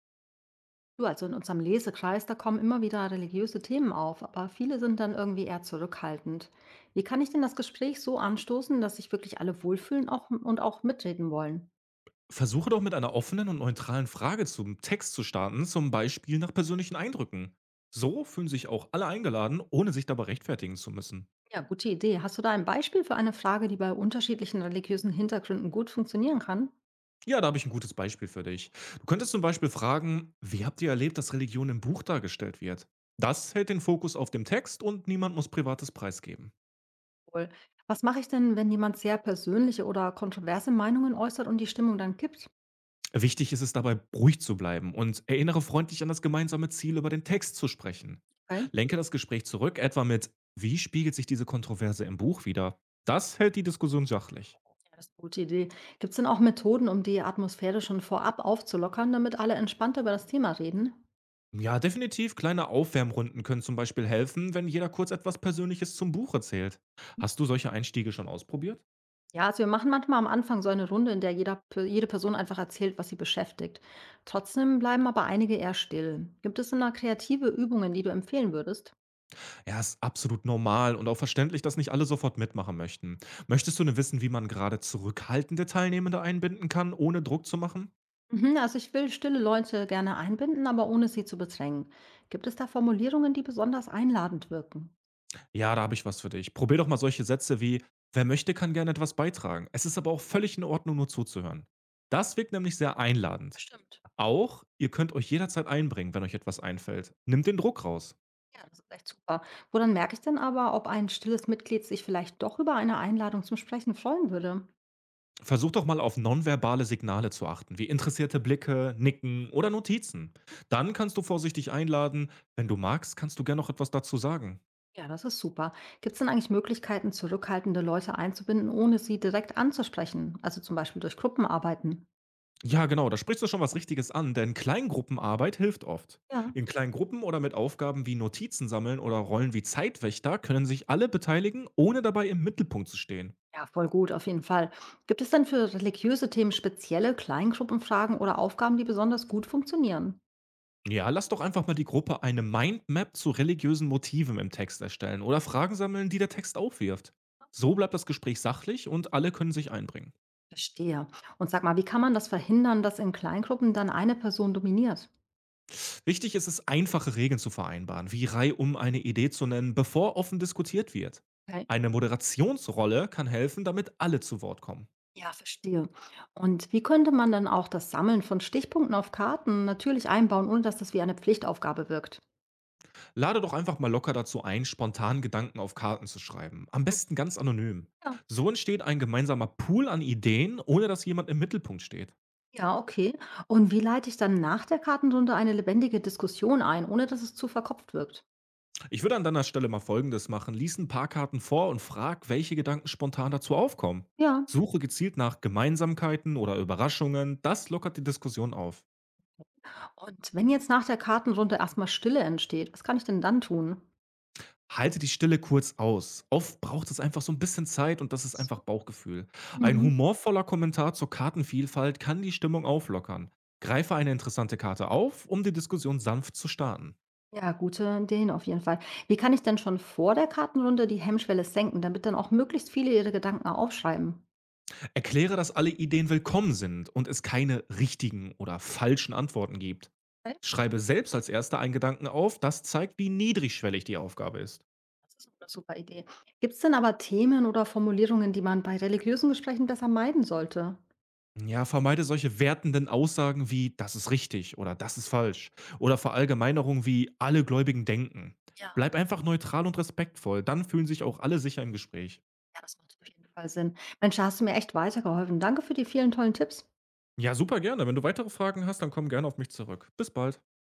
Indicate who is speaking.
Speaker 1: Du, also in unserem Lesekreis, da kommen immer wieder religiöse Themen auf, aber viele sind dann irgendwie eher zurückhaltend. Wie kann ich denn das Gespräch so anstoßen, dass sich wirklich alle wohlfühlen auch, und auch mitreden wollen?
Speaker 2: Versuche doch mit einer offenen und neutralen Frage zum Text zu starten, zum Beispiel nach persönlichen Eindrücken. So fühlen sich auch alle eingeladen, ohne sich dabei rechtfertigen zu müssen.
Speaker 1: Ja, gute Idee. Hast du da ein Beispiel für eine Frage, die bei unterschiedlichen religiösen Hintergründen gut funktionieren kann?
Speaker 2: Ja, da habe ich ein gutes Beispiel für dich. Du könntest zum Beispiel fragen, wie habt ihr erlebt, dass Religion im Buch dargestellt wird? Das hält den Fokus auf dem Text und niemand muss Privates preisgeben.
Speaker 1: Wohl. Was mache ich denn, wenn jemand sehr persönliche oder kontroverse Meinungen äußert und die Stimmung dann kippt?
Speaker 2: Wichtig ist es dabei, ruhig zu bleiben und erinnere freundlich an das gemeinsame Ziel, über den Text zu sprechen.
Speaker 1: Okay.
Speaker 2: Lenke das Gespräch zurück, etwa mit „Wie spiegelt sich diese Kontroverse im Buch wider?“ Das hält die Diskussion sachlich.
Speaker 1: Ja, das ist eine gute Idee. Gibt es denn auch Methoden, um die Atmosphäre schon vorab aufzulockern, damit alle entspannter über das Thema reden?
Speaker 2: Ja, definitiv kleine Aufwärmrunden können zum Beispiel helfen, wenn jeder kurz etwas Persönliches zum Buch erzählt. Hast du solche Einstiege schon ausprobiert?
Speaker 1: Ja, also wir machen manchmal am Anfang so eine Runde, in der jede Person einfach erzählt, was sie beschäftigt. Trotzdem bleiben aber einige eher still. Gibt es denn da kreative Übungen, die du empfehlen würdest?
Speaker 2: Ja, ist absolut normal und auch verständlich, dass nicht alle sofort mitmachen möchten. Möchtest du denn wissen, wie man gerade zurückhaltende Teilnehmende einbinden kann, ohne Druck zu machen?
Speaker 1: Mhm, also ich will stille Leute gerne einbinden, aber ohne sie zu bedrängen. Gibt es da Formulierungen, die besonders einladend wirken?
Speaker 2: Ja, da habe ich was für dich. Probier doch mal solche Sätze wie: „Wer möchte, kann gerne etwas beitragen. Es ist aber auch völlig in Ordnung, nur zuzuhören.“ Das wirkt nämlich sehr einladend.
Speaker 1: Stimmt.
Speaker 2: Auch: „Ihr könnt euch jederzeit einbringen, wenn euch etwas einfällt.“ Nimmt den Druck raus.
Speaker 1: Ja, das ist echt super. Woran merke ich denn aber, ob ein stilles Mitglied sich vielleicht doch über eine Einladung zum Sprechen freuen würde?
Speaker 2: Versucht doch mal auf nonverbale Signale zu achten, wie interessierte Blicke, Nicken oder Notizen. Dann kannst du vorsichtig einladen. Wenn du magst, kannst du gerne noch etwas dazu sagen.
Speaker 1: Ja, das ist super. Gibt es denn eigentlich Möglichkeiten, zurückhaltende Leute einzubinden, ohne sie direkt anzusprechen? Also zum Beispiel durch Gruppenarbeiten?
Speaker 2: Ja, genau, da sprichst du schon was Richtiges an, denn Kleingruppenarbeit hilft oft.
Speaker 1: Ja.
Speaker 2: In kleinen Gruppen oder mit Aufgaben wie Notizen sammeln oder Rollen wie Zeitwächter können sich alle beteiligen, ohne dabei im Mittelpunkt zu stehen.
Speaker 1: Ja, voll gut, auf jeden Fall. Gibt es denn für religiöse Themen spezielle Kleingruppenfragen oder Aufgaben, die besonders gut funktionieren?
Speaker 2: Ja, lass doch einfach mal die Gruppe eine Mindmap zu religiösen Motiven im Text erstellen oder Fragen sammeln, die der Text aufwirft. So bleibt das Gespräch sachlich und alle können sich einbringen.
Speaker 1: Verstehe. Und sag mal, wie kann man das verhindern, dass in Kleingruppen dann eine Person dominiert?
Speaker 2: Wichtig ist es, einfache Regeln zu vereinbaren, wie reihum eine Idee zu nennen, bevor offen diskutiert wird.
Speaker 1: Okay.
Speaker 2: Eine Moderationsrolle kann helfen, damit alle zu Wort kommen.
Speaker 1: Ja, verstehe. Und wie könnte man dann auch das Sammeln von Stichpunkten auf Karten natürlich einbauen, ohne dass das wie eine Pflichtaufgabe wirkt?
Speaker 2: Lade doch einfach mal locker dazu ein, spontan Gedanken auf Karten zu schreiben. Am besten ganz anonym.
Speaker 1: Ja.
Speaker 2: So entsteht ein gemeinsamer Pool an Ideen, ohne dass jemand im Mittelpunkt steht.
Speaker 1: Ja, okay. Und wie leite ich dann nach der Kartenrunde eine lebendige Diskussion ein, ohne dass es zu verkopft wirkt?
Speaker 2: Ich würde an deiner Stelle mal Folgendes machen. Lies ein paar Karten vor und frag, welche Gedanken spontan dazu aufkommen.
Speaker 1: Ja.
Speaker 2: Suche gezielt nach Gemeinsamkeiten oder Überraschungen. Das lockert die Diskussion auf.
Speaker 1: Und wenn jetzt nach der Kartenrunde erstmal Stille entsteht, was kann ich denn dann tun?
Speaker 2: Halte die Stille kurz aus. Oft braucht es einfach so ein bisschen Zeit und das ist einfach
Speaker 1: So.
Speaker 2: Bauchgefühl. Ein
Speaker 1: Mhm.
Speaker 2: humorvoller Kommentar zur Kartenvielfalt kann die Stimmung auflockern. Greife eine interessante Karte auf, um die Diskussion sanft zu starten.
Speaker 1: Ja, gute Ideen auf jeden Fall. Wie kann ich denn schon vor der Kartenrunde die Hemmschwelle senken, damit dann auch möglichst viele ihre Gedanken aufschreiben?
Speaker 2: Erkläre, dass alle Ideen willkommen sind und es keine richtigen oder falschen Antworten gibt.
Speaker 1: Okay,
Speaker 2: Schreibe selbst als Erster einen Gedanken auf, das zeigt, wie niedrigschwellig die Aufgabe ist.
Speaker 1: das ist eine super Idee. Gibt es denn aber Themen oder Formulierungen, die man bei religiösen Gesprächen besser meiden sollte?
Speaker 2: Ja, vermeide solche wertenden Aussagen wie das ist richtig oder das ist falsch oder Verallgemeinerungen wie alle Gläubigen denken.
Speaker 1: Ja.
Speaker 2: Bleib einfach neutral und respektvoll, dann fühlen sich auch alle sicher im Gespräch.
Speaker 1: Ja, das macht auf jeden Fall Sinn. Mensch, da hast du mir echt weitergeholfen. Danke für die vielen tollen Tipps.
Speaker 2: Ja, super gerne. Wenn du weitere Fragen hast, dann komm gerne auf mich zurück. Bis bald.